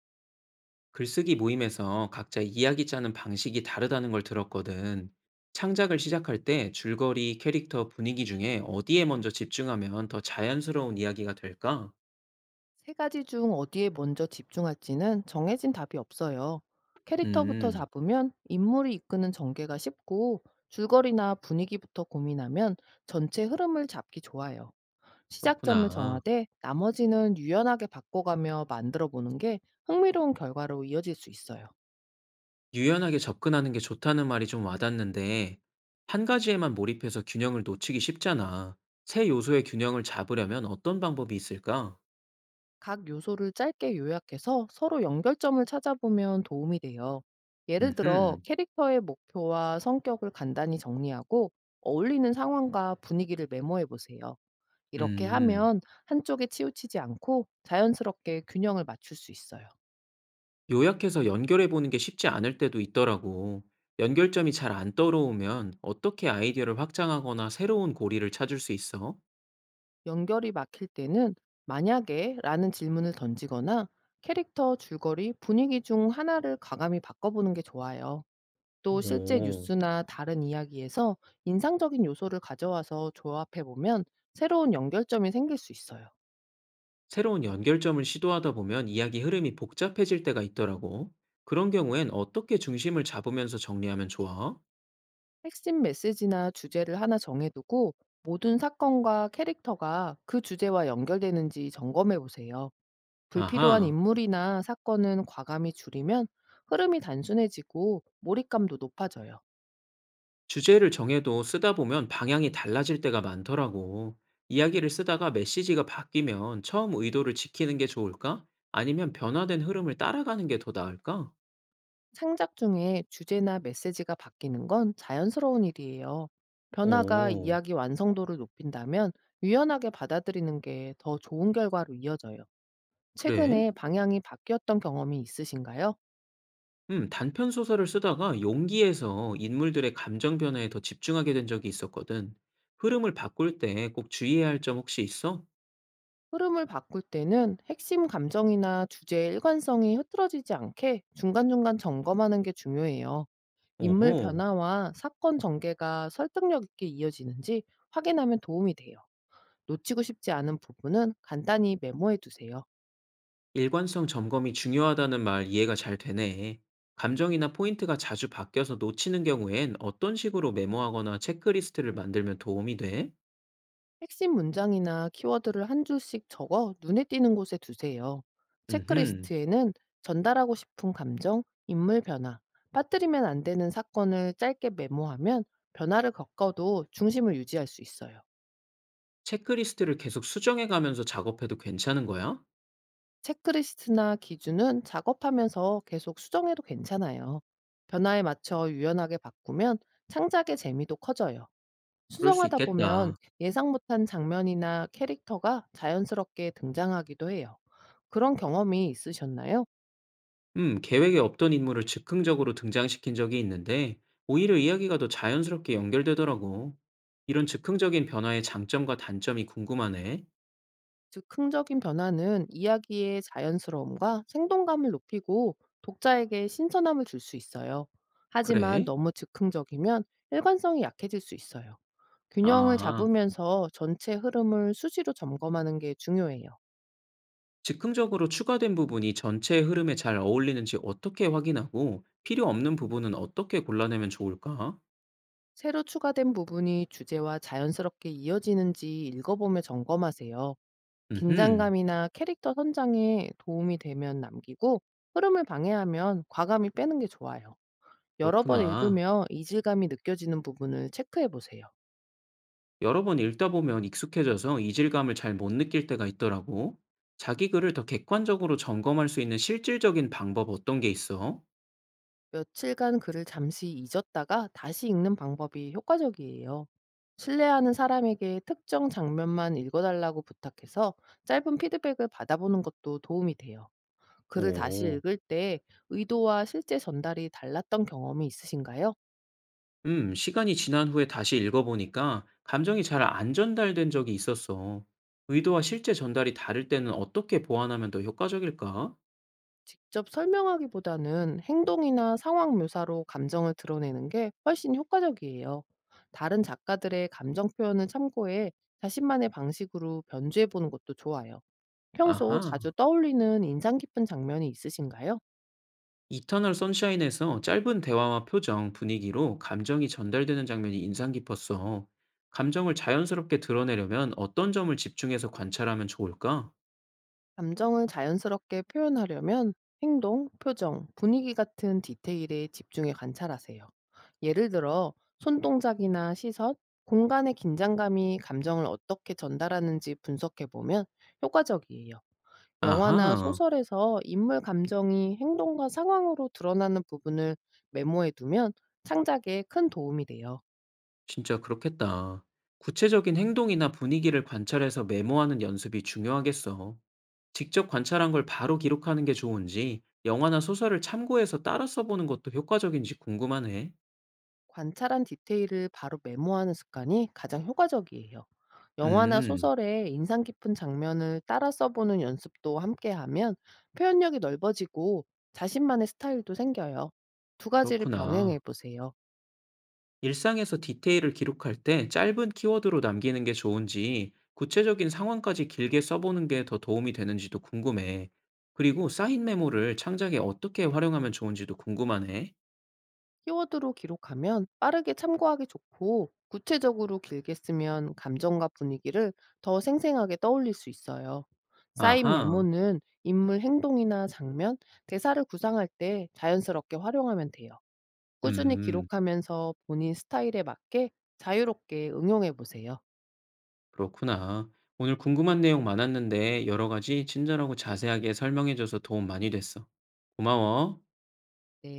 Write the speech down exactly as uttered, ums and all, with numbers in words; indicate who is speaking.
Speaker 1: 글쓰기 모임에서 각자 이야기 짜는 방식이 다르다는 걸 들었거든. 창작을 시작할 때 줄거리, 캐릭터, 분위기 중에 어디에 먼저 집중하면 더 자연스러운 이야기가 될까?
Speaker 2: 세 가지 중 어디에 먼저 집중할지는 정해진 답이 없어요. 캐릭터부터
Speaker 1: 음,
Speaker 2: 잡으면 인물이 이끄는 전개가 쉽고 줄거리나 분위기부터 고민하면 전체 흐름을 잡기 좋아요. 시작점을
Speaker 1: 그렇구나.
Speaker 2: 정하되 나머지는 유연하게 바꿔가며 만들어 보는 게 흥미로운 결과로 이어질 수 있어요.
Speaker 1: 유연하게 접근하는 게 좋다는 말이 좀 와닿는데, 한 가지에만 몰입해서 균형을 놓치기 쉽잖아. 세 요소의 균형을 잡으려면 어떤 방법이 있을까?
Speaker 2: 각 요소를 짧게 요약해서 서로 연결점을 찾아보면 도움이 돼요. 예를 들어
Speaker 1: 음흠,
Speaker 2: 캐릭터의 목표와 성격을 간단히 정리하고 어울리는 상황과 분위기를 메모해 보세요. 이렇게
Speaker 1: 음.
Speaker 2: 하면 한쪽에 치우치지 않고 자연스럽게 균형을 맞출 수 있어요.
Speaker 1: 요약해서 연결해 보는 게 쉽지 않을 때도 있더라고. 연결점이 잘 안 떠오르면 어떻게 아이디어를 확장하거나 새로운 고리를 찾을 수 있어?
Speaker 2: 연결이 막힐 때는 만약에 라는 질문을 던지거나 캐릭터 줄거리, 분위기 중 하나를 과감히 바꿔보는 게 좋아요. 또 실제
Speaker 1: 오,
Speaker 2: 뉴스나 다른 이야기에서 인상적인 요소를 가져와서 조합해 보면 새로운 연결점이 생길 수 있어요.
Speaker 1: 새로운 연결점을 시도하다 보면 이야기 흐름이 복잡해질 때가 있더라고. 그런 경우엔 어떻게 중심을 잡으면서 정리하면 좋아?
Speaker 2: 핵심 메시지나 주제를 하나 정해두고 모든 사건과 캐릭터가 그 주제와 연결되는지 점검해 보세요. 불필요한
Speaker 1: 아하,
Speaker 2: 인물이나 사건은 과감히 줄이면 흐름이 단순해지고 몰입감도 높아져요.
Speaker 1: 주제를 정해도 쓰다 보면 방향이 달라질 때가 많더라고. 이야기를 쓰다가 메시지가 바뀌면 처음 의도를 지키는 게 좋을까? 아니면 변화된 흐름을 따라가는 게 더 나을까?
Speaker 2: 창작 중에 주제나 메시지가 바뀌는 건 자연스러운 일이에요. 변화가
Speaker 1: 어
Speaker 2: 이야기 완성도를 높인다면 유연하게 받아들이는 게 더 좋은 결과로 이어져요.
Speaker 1: 그래?
Speaker 2: 최근에 방향이 바뀌었던 경험이 있으신가요?
Speaker 1: 음 단편 소설을 쓰다가 용기에서 인물들의 감정 변화에 더 집중하게 된 적이 있었거든. 흐름을 바꿀 때 꼭 주의해야 할 점 혹시 있어?
Speaker 2: 흐름을 바꿀 때는 핵심 감정이나 주제의 일관성이 흐트러지지 않게 중간중간 점검하는 게 중요해요. 인물
Speaker 1: 오호.
Speaker 2: 변화와 사건 전개가 설득력 있게 이어지는지 확인하면 도움이 돼요. 놓치고 싶지 않은 부분은 간단히 메모해 두세요.
Speaker 1: 일관성 점검이 중요하다는 말 이해가 잘 되네. 감정이나 포인트가 자주 바뀌어서 놓치는 경우엔 어떤 식으로 메모하거나 체크리스트를 만들면 도움이 돼?
Speaker 2: 핵심 문장이나 키워드를 한 줄씩 적어 눈에 띄는 곳에 두세요.
Speaker 1: 음흠.
Speaker 2: 체크리스트에는 전달하고 싶은 감정, 인물 변화, 빠뜨리면 안 되는 사건을 짧게 메모하면 변화를 겪어도 중심을 유지할 수 있어요.
Speaker 1: 체크리스트를 계속 수정해 가면서 작업해도 괜찮은 거야?
Speaker 2: 체크리스트나 기준은 작업하면서 계속 수정해도 괜찮아요. 변화에 맞춰 유연하게 바꾸면 창작의 재미도 커져요.
Speaker 1: 그럴 수
Speaker 2: 수정하다 보면
Speaker 1: 있겠다.
Speaker 2: 예상 못한 장면이나 캐릭터가 자연스럽게 등장하기도 해요. 그런 경험이 있으셨나요?
Speaker 1: 음, 계획에 없던 인물을 즉흥적으로 등장시킨 적이 있는데, 오히려 이야기가 더 자연스럽게 연결되더라고. 이런 즉흥적인 변화의 장점과 단점이 궁금하네.
Speaker 2: 즉, 흥적인 변화는 이야기의 자연스러움과 생동감을 높이고 독자에게 신선함을 줄 수 있어요. 하지만
Speaker 1: 그래?
Speaker 2: 너무 즉흥적이면 일관성이 약해질 수 있어요. 균형을
Speaker 1: 아,
Speaker 2: 잡으면서 전체 흐름을 수시로 점검하는 게 중요해요.
Speaker 1: 즉흥적으로 추가된 부분이 전체 흐름에 잘 어울리는지 어떻게 확인하고, 필요 없는 부분은 어떻게 골라내면 좋을까?
Speaker 2: 새로 추가된 부분이 주제와 자연스럽게 이어지는지 읽어보며 점검하세요.
Speaker 1: 음흠,
Speaker 2: 긴장감이나 캐릭터 선장에 도움이 되면 남기고 흐름을 방해하면 과감히 빼는 게 좋아요. 여러 번
Speaker 1: 그렇구나.
Speaker 2: 읽으며 이질감이 느껴지는 부분을 체크해 보세요.
Speaker 1: 여러 번 읽다 보면 익숙해져서 이질감을 잘 못 느낄 때가 있더라고. 자기 글을 더 객관적으로 점검할 수 있는 실질적인 방법 어떤 게 있어?
Speaker 2: 며칠간 글을 잠시 잊었다가 다시 읽는 방법이 효과적이에요. 신뢰하는 사람에게 특정 장면만 읽어달라고 부탁해서 짧은 피드백을 받아보는 것도 도움이 돼요. 글을 다시
Speaker 1: 오,
Speaker 2: 읽을 때 의도와 실제 전달이 달랐던 경험이 있으신가요?
Speaker 1: 음, 시간이 지난 후에 다시 읽어보니까 감정이 잘 안 전달된 적이 있었어. 의도와 실제 전달이 다를 때는 어떻게 보완하면 더 효과적일까?
Speaker 2: 직접 설명하기보다는 행동이나 상황 묘사로 감정을 드러내는 게 훨씬 효과적이에요. 다른 작가들의 감정 표현을 참고해 자신만의 방식으로 변주해 보는 것도 좋아요. 평소
Speaker 1: 아하,
Speaker 2: 자주 떠올리는 인상 깊은 장면이 있으신가요?
Speaker 1: 이터널 선샤인에서 짧은 대화와 표정, 분위기로 감정이 전달되는 장면이 인상 깊었어. 감정을 자연스럽게 드러내려면 어떤 점을 집중해서 관찰하면 좋을까?
Speaker 2: 감정을 자연스럽게 표현하려면 행동, 표정, 분위기 같은 디테일에 집중해 관찰하세요. 예를 들어, 손동작이나 시선, 공간의 긴장감이 감정을 어떻게 전달하는지 분석해 보면 효과적이에요. 영화나
Speaker 1: 아하,
Speaker 2: 소설에서 인물 감정이 행동과 상황으로 드러나는 부분을 메모해 두면 창작에 큰 도움이 돼요.
Speaker 1: 진짜 그렇겠다. 구체적인 행동이나 분위기를 관찰해서 메모하는 연습이 중요하겠어. 직접 관찰한 걸 바로 기록하는 게 좋은지, 영화나 소설을 참고해서 따라 써보는 것도 효과적인지 궁금하네.
Speaker 2: 관찰한 디테일을 바로 메모하는 습관이 가장 효과적이에요. 영화나
Speaker 1: 음,
Speaker 2: 소설의 인상 깊은 장면을 따라 써보는 연습도 함께 하면 표현력이 넓어지고 자신만의 스타일도 생겨요. 두 가지를 병행해
Speaker 1: 그렇구나.
Speaker 2: 보세요.
Speaker 1: 일상에서 디테일을 기록할 때 짧은 키워드로 남기는 게 좋은지, 구체적인 상황까지 길게 써보는 게 더 도움이 되는지도 궁금해. 그리고 쌓인 메모를 창작에 어떻게 활용하면 좋은지도 궁금하네.
Speaker 2: 키워드로 기록하면 빠르게 참고하기 좋고 구체적으로 길게 쓰면 감정과 분위기를 더 생생하게 떠올릴 수 있어요. 쌓인
Speaker 1: 아하,
Speaker 2: 메모는 인물 행동이나 장면, 대사를 구상할 때 자연스럽게 활용하면 돼요. 꾸준히
Speaker 1: 음.
Speaker 2: 기록하면서 본인 스타일에 맞게 자유롭게 응용해 보세요.
Speaker 1: 그렇구나. 오늘 궁금한 내용 많았는데 여러 가지 친절하고 자세하게 설명해줘서 도움 많이 됐어. 고마워.
Speaker 2: 네.